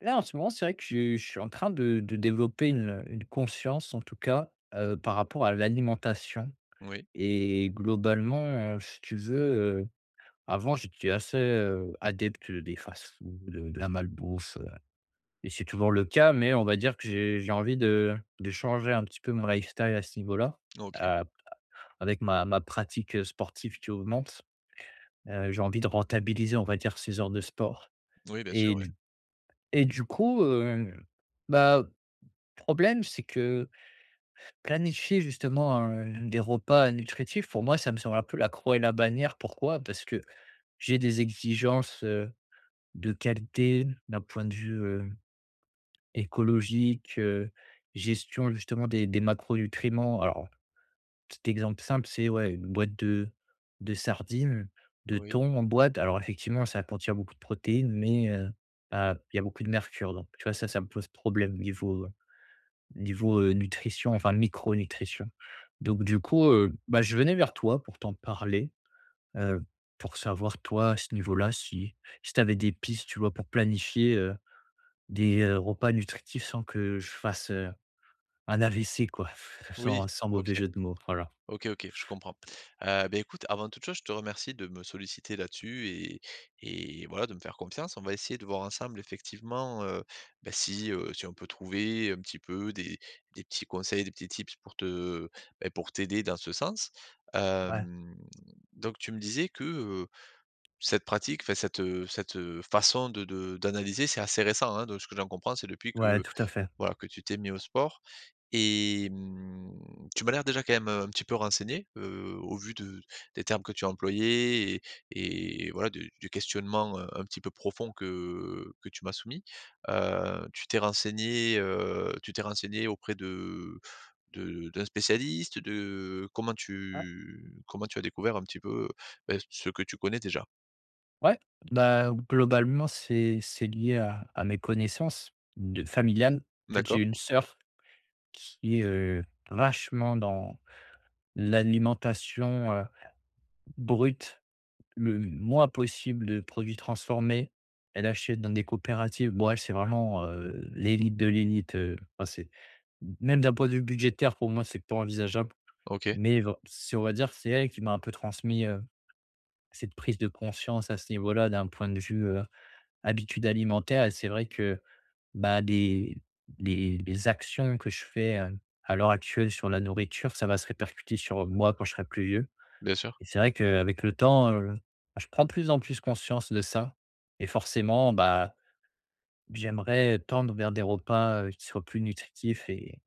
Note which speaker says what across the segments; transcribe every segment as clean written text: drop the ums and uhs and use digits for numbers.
Speaker 1: Là, en ce moment, c'est vrai que je suis en train de développer une conscience, en tout cas, par rapport à l'alimentation
Speaker 2: Oui,
Speaker 1: et globalement, si tu veux, heu, avant, j'étais assez, adepte des fast-foods, de la malbouffe, et c'est toujours le cas, mais on va dire que j'ai envie de changer un petit peu mon lifestyle à ce niveau-là,
Speaker 2: OK.
Speaker 1: heu, avec ma pratique, sportive qui augmente. J'ai envie de rentabiliser, on va dire, ces heures de sport
Speaker 2: Oui, bien sûr,
Speaker 1: et
Speaker 2: oui.
Speaker 1: et du coup, bah problème, c'est que planifier justement un des repas nutritifs, pour moi, ça me semble un peu la croix et la bannière. Pourquoi? Parce que j'ai des exigences, de qualité d'un point de vue, écologique, gestion justement des macronutriments. Alors, petit exemple simple, c'est ouais, une boîte de sardines, de
Speaker 2: Oui.
Speaker 1: thon en boîte. Alors effectivement, ça contient beaucoup de protéines, mais, bah, il y a beaucoup de mercure. Donc tu vois, ça me pose problème niveau, nutrition, enfin micronutrition. Donc du coup, bah, je venais vers toi pour t'en parler, heu, pour savoir toi à ce niveau-là si si tu avais des pistes, tu vois? Pour planifier, des, repas nutritifs sans que je fasse, un AVC quoi,
Speaker 2: Oui,
Speaker 1: sans
Speaker 2: OK.
Speaker 1: mauvais jeu de mots, voilà.
Speaker 2: OK, OK, je comprends. Écoute, avant toute chose, je te remercie de me solliciter là-dessus et voilà, de me faire confiance. On va essayer de voir ensemble effectivement, si, si on peut trouver un petit peu des petits conseils, des petits tips pour te pour t'aider dans ce sens.
Speaker 1: Ouais,
Speaker 2: Hem, donc tu me disais que, cette pratique, enfin cette, cette, façon de d'analyser, c'est assez récent, hein? De ce que j'en comprends, c'est depuis que
Speaker 1: ouais, tout à fait.
Speaker 2: voilà, que tu t'es mis au sport et mmh, tu m'as l'air déjà quand même, un petit peu renseigné, au vu de des termes que tu as employés et voilà de du questionnement, un petit peu profond que tu m'as soumis. Tu t'es renseigné auprès de d'un spécialiste, de
Speaker 1: Ouais,
Speaker 2: comment tu as découvert un petit peu, ce que tu connais déjà?
Speaker 1: ouais, bah, globalement c'est lié à mes connaissances de familiales. En fait, j'ai
Speaker 2: D'accord,
Speaker 1: une sœur qui est, vachement dans l'alimentation, brute le moins possible de produits transformés. Elle achète dans des coopératives. Bon, elle, c'est vraiment, l'élite de l'élite, enfin, c'est même d'un point de vue budgétaire, pour moi, c'est pas envisageable.
Speaker 2: OK,
Speaker 1: Mais vr c'est on va dire, que c'est elle qui m'a un peu transmis, cette prise de conscience à ce niveau-là, d'un point de vue, habitude alimentaire et c'est vrai que, bah, les les actions que je fais, à l'heure actuelle sur la nourriture, ça va se répercuter sur moi quand je serai plus vieux.
Speaker 2: bien sûr.
Speaker 1: Et c'est vrai qu'avec le temps, bah, je prends de plus en plus conscience de ça et forcément, bah, j'aimerais tendre vers des repas, qui soient plus nutritifs et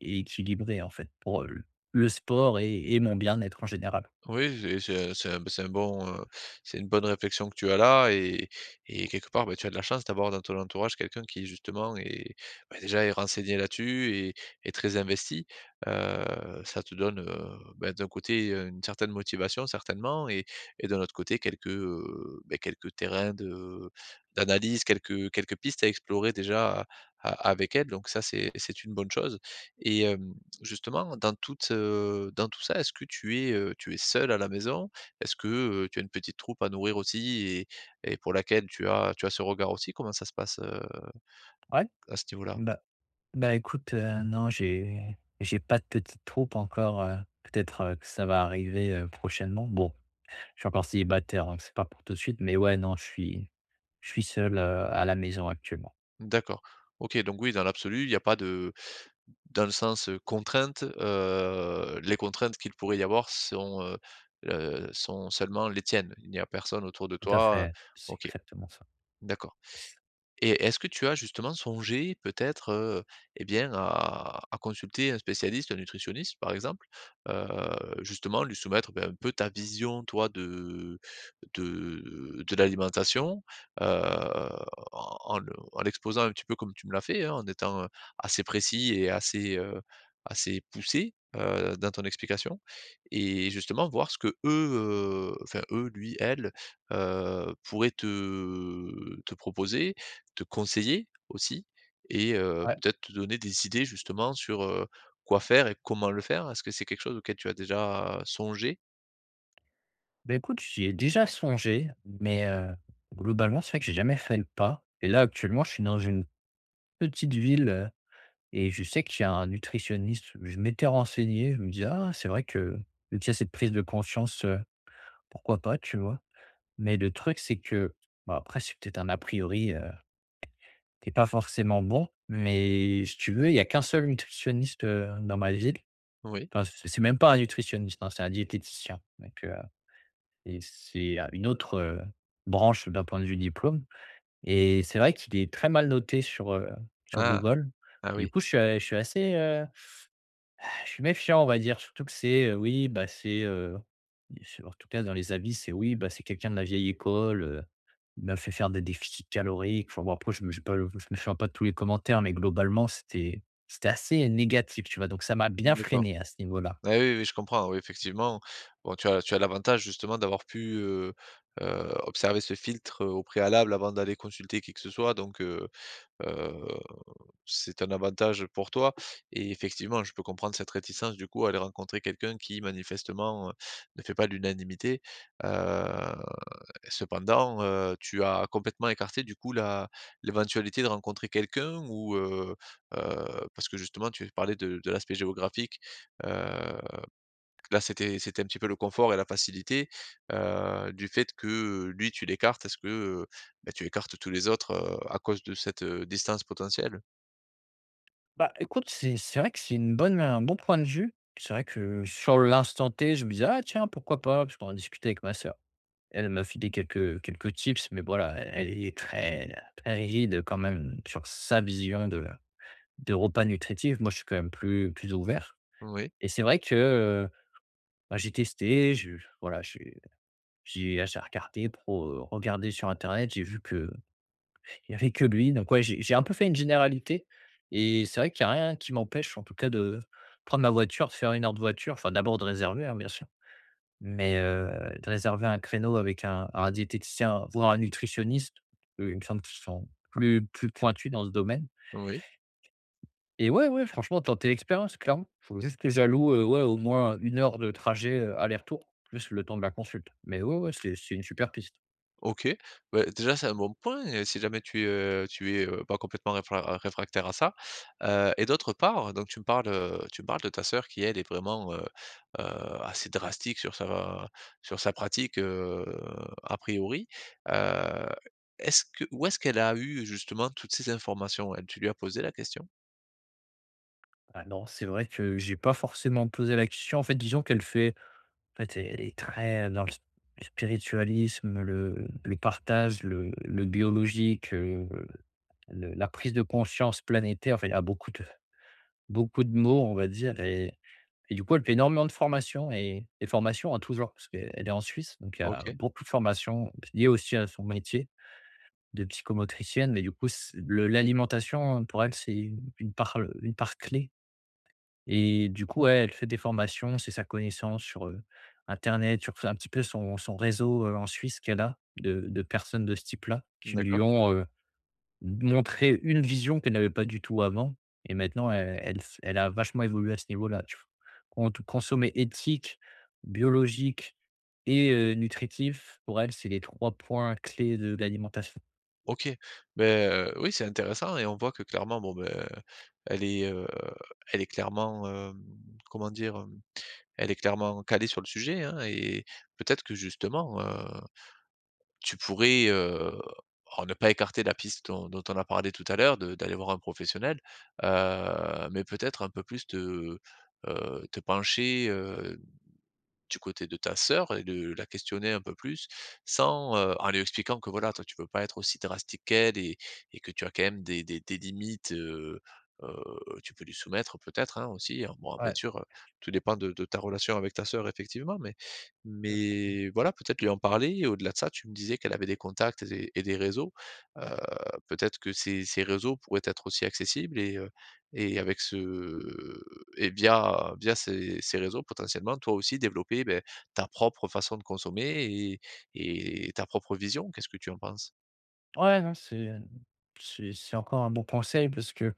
Speaker 1: et équilibrés, en fait, pour, le sport et mon bien-être en général.
Speaker 2: Oui, c'est un bon, c'est une bonne réflexion que tu as là et quelque part, bah, tu as de la chance d'avoir dans ton entourage quelqu'un qui justement est, bah, déjà est renseigné là-dessus et très investi. Ça te donne, d'un côté, une certaine motivation certainement et d'un autre côté quelques, quelques terrains de d'analyse, quelques pistes à explorer déjà a a avec elle donc ça c'est une bonne chose et hem justement, dans toute, dans tout ça, est-ce que tu es seul à la maison? Est-ce que, tu as une petite troupe à nourrir aussi et pour laquelle tu as ce regard aussi? Comment ça se passe,
Speaker 1: Ouais,
Speaker 2: à ce niveau-là?
Speaker 1: bah, bah, écoute, non, j'ai pas de petite troupe encore, peut-être, que ça va arriver, prochainement. Bon, je suis encore célibataire, donc c'est pas pour tout de suite, mais ouais, non, je suis seul, à la maison actuellement.
Speaker 2: D'accord. OK, donc oui, dans l'absolu, il n'y a pas de dans le sens, contrainte, les contraintes qu'il pourrait y avoir sont, sont seulement les tiennes. Il n'y a personne autour de
Speaker 1: Tout à
Speaker 2: toi.
Speaker 1: fait, c'est
Speaker 2: OK,
Speaker 1: exactement ça.
Speaker 2: d'accord. Et est-ce que tu as justement songé peut-être, eh bien à consulter un spécialiste, un nutritionniste par exemple? Heu, Justement lui soumettre, ben, un peu ta vision toi de de l'alimentation, heu, en en le en l'exposant un petit peu comme tu me l'as fait, hein, en étant, assez précis et assez, assez poussé, dans ton explication et justement voir ce que eux, enfin eux, lui, elle, pourraient te proposer te conseiller aussi et
Speaker 1: Ouais,
Speaker 2: peut-être te donner des idées justement sur, quoi faire et comment le faire? Est-ce que c'est quelque chose auquel tu as déjà songé?
Speaker 1: bah, écoute, j'y ai déjà songé, mais globalement, c'est vrai que j'ai jamais fait le pas et là, actuellement, je suis dans une petite ville, et je sais qu'il y a un nutritionniste. Je m'étais renseigné, je me disais: «Ah, c'est vrai que vu qu'il y a cette prise de conscience, pourquoi pas?» tu vois? Mais le truc, c'est que bon après, c'est peut-être un a priori, qui pas forcément bon, mais si tu veux, il y a qu'un seul nutritionniste, dans ma ville.
Speaker 2: Oui.
Speaker 1: Enfin, c'est même pas un nutritionniste, hein, c'est un diététicien, donc et c'est à une autre, branche d'un point de vue diplôme et c'est vrai qu'il est très mal noté sur, sur
Speaker 2: Ah!
Speaker 1: Google.
Speaker 2: Ah
Speaker 1: Du
Speaker 2: oui,
Speaker 1: coup, je suis assez, je suis méfiant, on va dire, surtout que c'est, oui, bah, c'est en tout cas dans les avis, c'est oui, bah, c'est quelqu'un de la vieille école, il m'a fait faire des déficits caloriques. Enfin bon, après je ne me j'ai pas je me souviens pas de tous les commentaires, mais globalement, c'était assez négatif, tu vois? Donc ça m'a bien
Speaker 2: d'accord.
Speaker 1: freiné à ce niveau-là.
Speaker 2: Ah oui, oui, oui, je comprends, oui, effectivement. Bon, tu as l'avantage justement d'avoir pu, observer ce filtre, au préalable avant d'aller consulter qui que ce soit donc heu c'est un avantage pour toi et effectivement, je peux comprendre cette réticence du coup à aller rencontrer quelqu'un qui manifestement, ne fait pas l'unanimité. Heu, cependant, tu as complètement écarté du coup la l'éventualité de rencontrer quelqu'un ou, parce que justement tu parlais de l'aspect géographique, heu, là c'était un petit peu le confort et la facilité, du fait que, lui tu l'écartes, est-ce que, tu écartes tous les autres, à cause de cette, distance potentielle?
Speaker 1: Bah, écoute, c'est vrai que c'est une bonne un bon point de vue. C'est vrai que sur l'instant T, je me disais: «Ah tiens, pourquoi pas?» parce qu'on en discutait avec ma sœur. Elle m'a filé quelques tips, mais voilà, elle est très très rigide quand même sur sa vision de des repas nutritifs. Moi, je suis quand même plus plus ouvert
Speaker 2: Oui.
Speaker 1: et c'est vrai que, bah, j'ai testé, je voilà, j'ai regardé pour, sur internet, j'ai vu que Il y avait que lui, donc ouais, j'ai un peu fait une généralité et c'est vrai qu'il y a rien qui m'empêche en tout cas de prendre ma voiture, de faire une heure de voiture, enfin d'abord de réserver, hein, bien sûr, mais de réserver un créneau avec un diététicien, voire un nutritionniste, il me semble qu'ils sont plus plus pointus dans ce domaine
Speaker 2: Oui,
Speaker 1: et ouais, ouais, franchement, tenter l'expérience, clairement. Faut juste que j'alloue, ouais, au moins une heure de trajet, aller-retour, plus le temps de la consulte, mais ouais, ouais, c'est une super piste.
Speaker 2: OK. Bah, déjà, c'est un bon point, si jamais tu es, pas complètement réfractaire à ça, et d'autre part, donc tu me parles de ta sœur qui, elle, est vraiment, heu, assez drastique sur sa pratique, a priori, heu est-ce que où est-ce qu'elle a eu justement toutes ces informations? Elle tu lui as posé la question?
Speaker 1: Ah non, c'est vrai que j'ai pas forcément posé la question. En fait, disons qu'elle fait en fait, elle est très dans le spiritualisme, le partage, le biologique, le la prise de conscience planétaire. Enfin, il y a beaucoup de mots, on va dire et du coup, elle fait énormément de formations et des formations en tout genre parce qu'elle est en Suisse, donc il y a
Speaker 2: OK,
Speaker 1: beaucoup de formations liées aussi à son métier de psychomotricienne, mais du coup, c le l'alimentation, pour elle, c'est une part clé. Et du coup, ouais, elle fait des formations, c'est sa connaissance sur, internet, sur un petit peu son réseau, en Suisse qu'elle a de personnes de ce type-là qui lui
Speaker 2: d'accord.
Speaker 1: ont, montré une vision qu'elle n'avait pas du tout avant et maintenant elle elle s elle a vachement évolué à ce niveau-là, tu vois? Cont Consommer éthique, biologique et nutritif, pour elle, c'est les 3 points clés de l'alimentation.
Speaker 2: OK, oui, c'est intéressant et on voit que clairement, bon, beh, elle est, heu, elle est clairement, comment dire? Elle est clairement calée sur le sujet, hein et peut-être que justement, tu pourrais, alors ne pas écarter la piste dont on a parlé tout à l'heure, de d'aller voir un professionnel, mais peut-être un peu plus te, te pencher, du côté de ta sœur et de la questionner un peu plus sans, en lui expliquant que voilà, toi, tu peux pas être aussi drastique qu'elle et que tu as quand même des limites, heu, tu peux lui soumettre peut-être, hein, aussi, hein. Bon, bien
Speaker 1: Ouais,
Speaker 2: sûr, tout dépend de ta relation avec ta sœur effectivement,
Speaker 1: tout à fait.
Speaker 2: mais voilà, peut-être lui en parler et au-delà de ça, tu me disais qu'elle avait des contacts et des réseaux. Heu, Peut-être que ces réseaux pourraient être aussi accessibles et avec ce et via ces réseaux potentiellement, toi aussi développer, beh, ta propre façon de consommer et ta propre vision. Qu'est-ce que tu en penses?
Speaker 1: Ouais, non, c'est encore un bon conseil parce que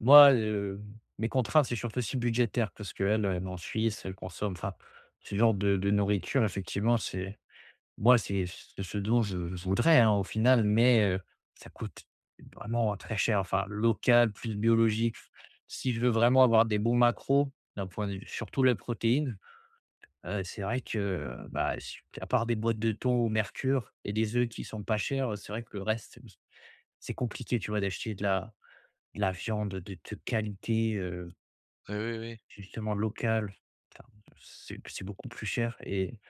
Speaker 1: moi, mes contraintes, c'est surtout aussi budgétaire parce qu'elle, elle est en Suisse, elle consomme enfin, ce genre de nourriture, effectivement, c'est moi, c'est ce dont je voudrais, hein, au final, mais ça coûte vraiment très cher, enfin, local, plus biologique. Si je veux vraiment avoir des bons macros, d'un point de vue surtout les protéines, c'est vrai que, bah, si à part des boîtes de thon au mercure et des œufs qui sont pas chers, c'est vrai que le reste c'est compliqué, tu vois, d'acheter de la viande de qualité,
Speaker 2: Oui, oui, oui.
Speaker 1: justement locale. Enfin, c'est beaucoup plus cher et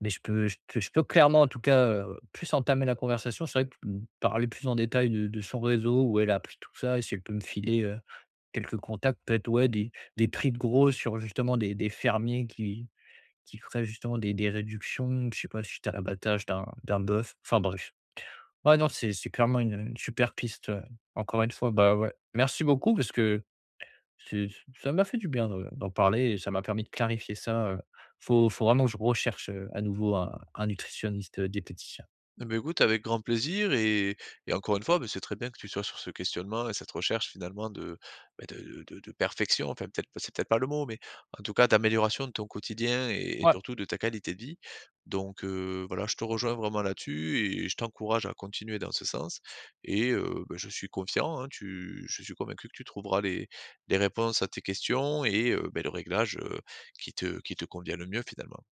Speaker 1: mais je peux clairement, en tout cas, plus entamer la conversation. C'est vrai que, mmh, parler plus en détail de son réseau, où elle a appris tout ça et si elle peut me filer, quelques contacts, peut-être, ouais, des prix de gros sur justement des fermiers qui feraient justement des réductions. Je sais pas, si suite à l'abattage d'un bœuf. Enfin bref. Ouais, non, c'est clairement une super piste, encore une fois. Bah, ouais, merci beaucoup parce que c'est ça m'a fait du bien de d'en parler et ça m'a permis de clarifier ça. Faut vraiment que je recherche, à nouveau un nutritionniste, diététicien.
Speaker 2: Eh beh, écoute, avec grand plaisir et encore une fois, beh, c'est très bien que tu sois sur ce questionnement et cette recherche finalement de, beh, de de perfection, enfin peut-être pas c'est peut-être pas le mot, mais en tout cas d'amélioration de ton quotidien et
Speaker 1: Ouais.
Speaker 2: surtout de ta qualité de vie. Donc voilà, je te rejoins vraiment là-dessus et je t'encourage à continuer dans ce sens et je suis confiant, hein, tu je suis convaincu que tu trouveras les réponses à tes questions et le réglage, qui te convient le mieux finalement.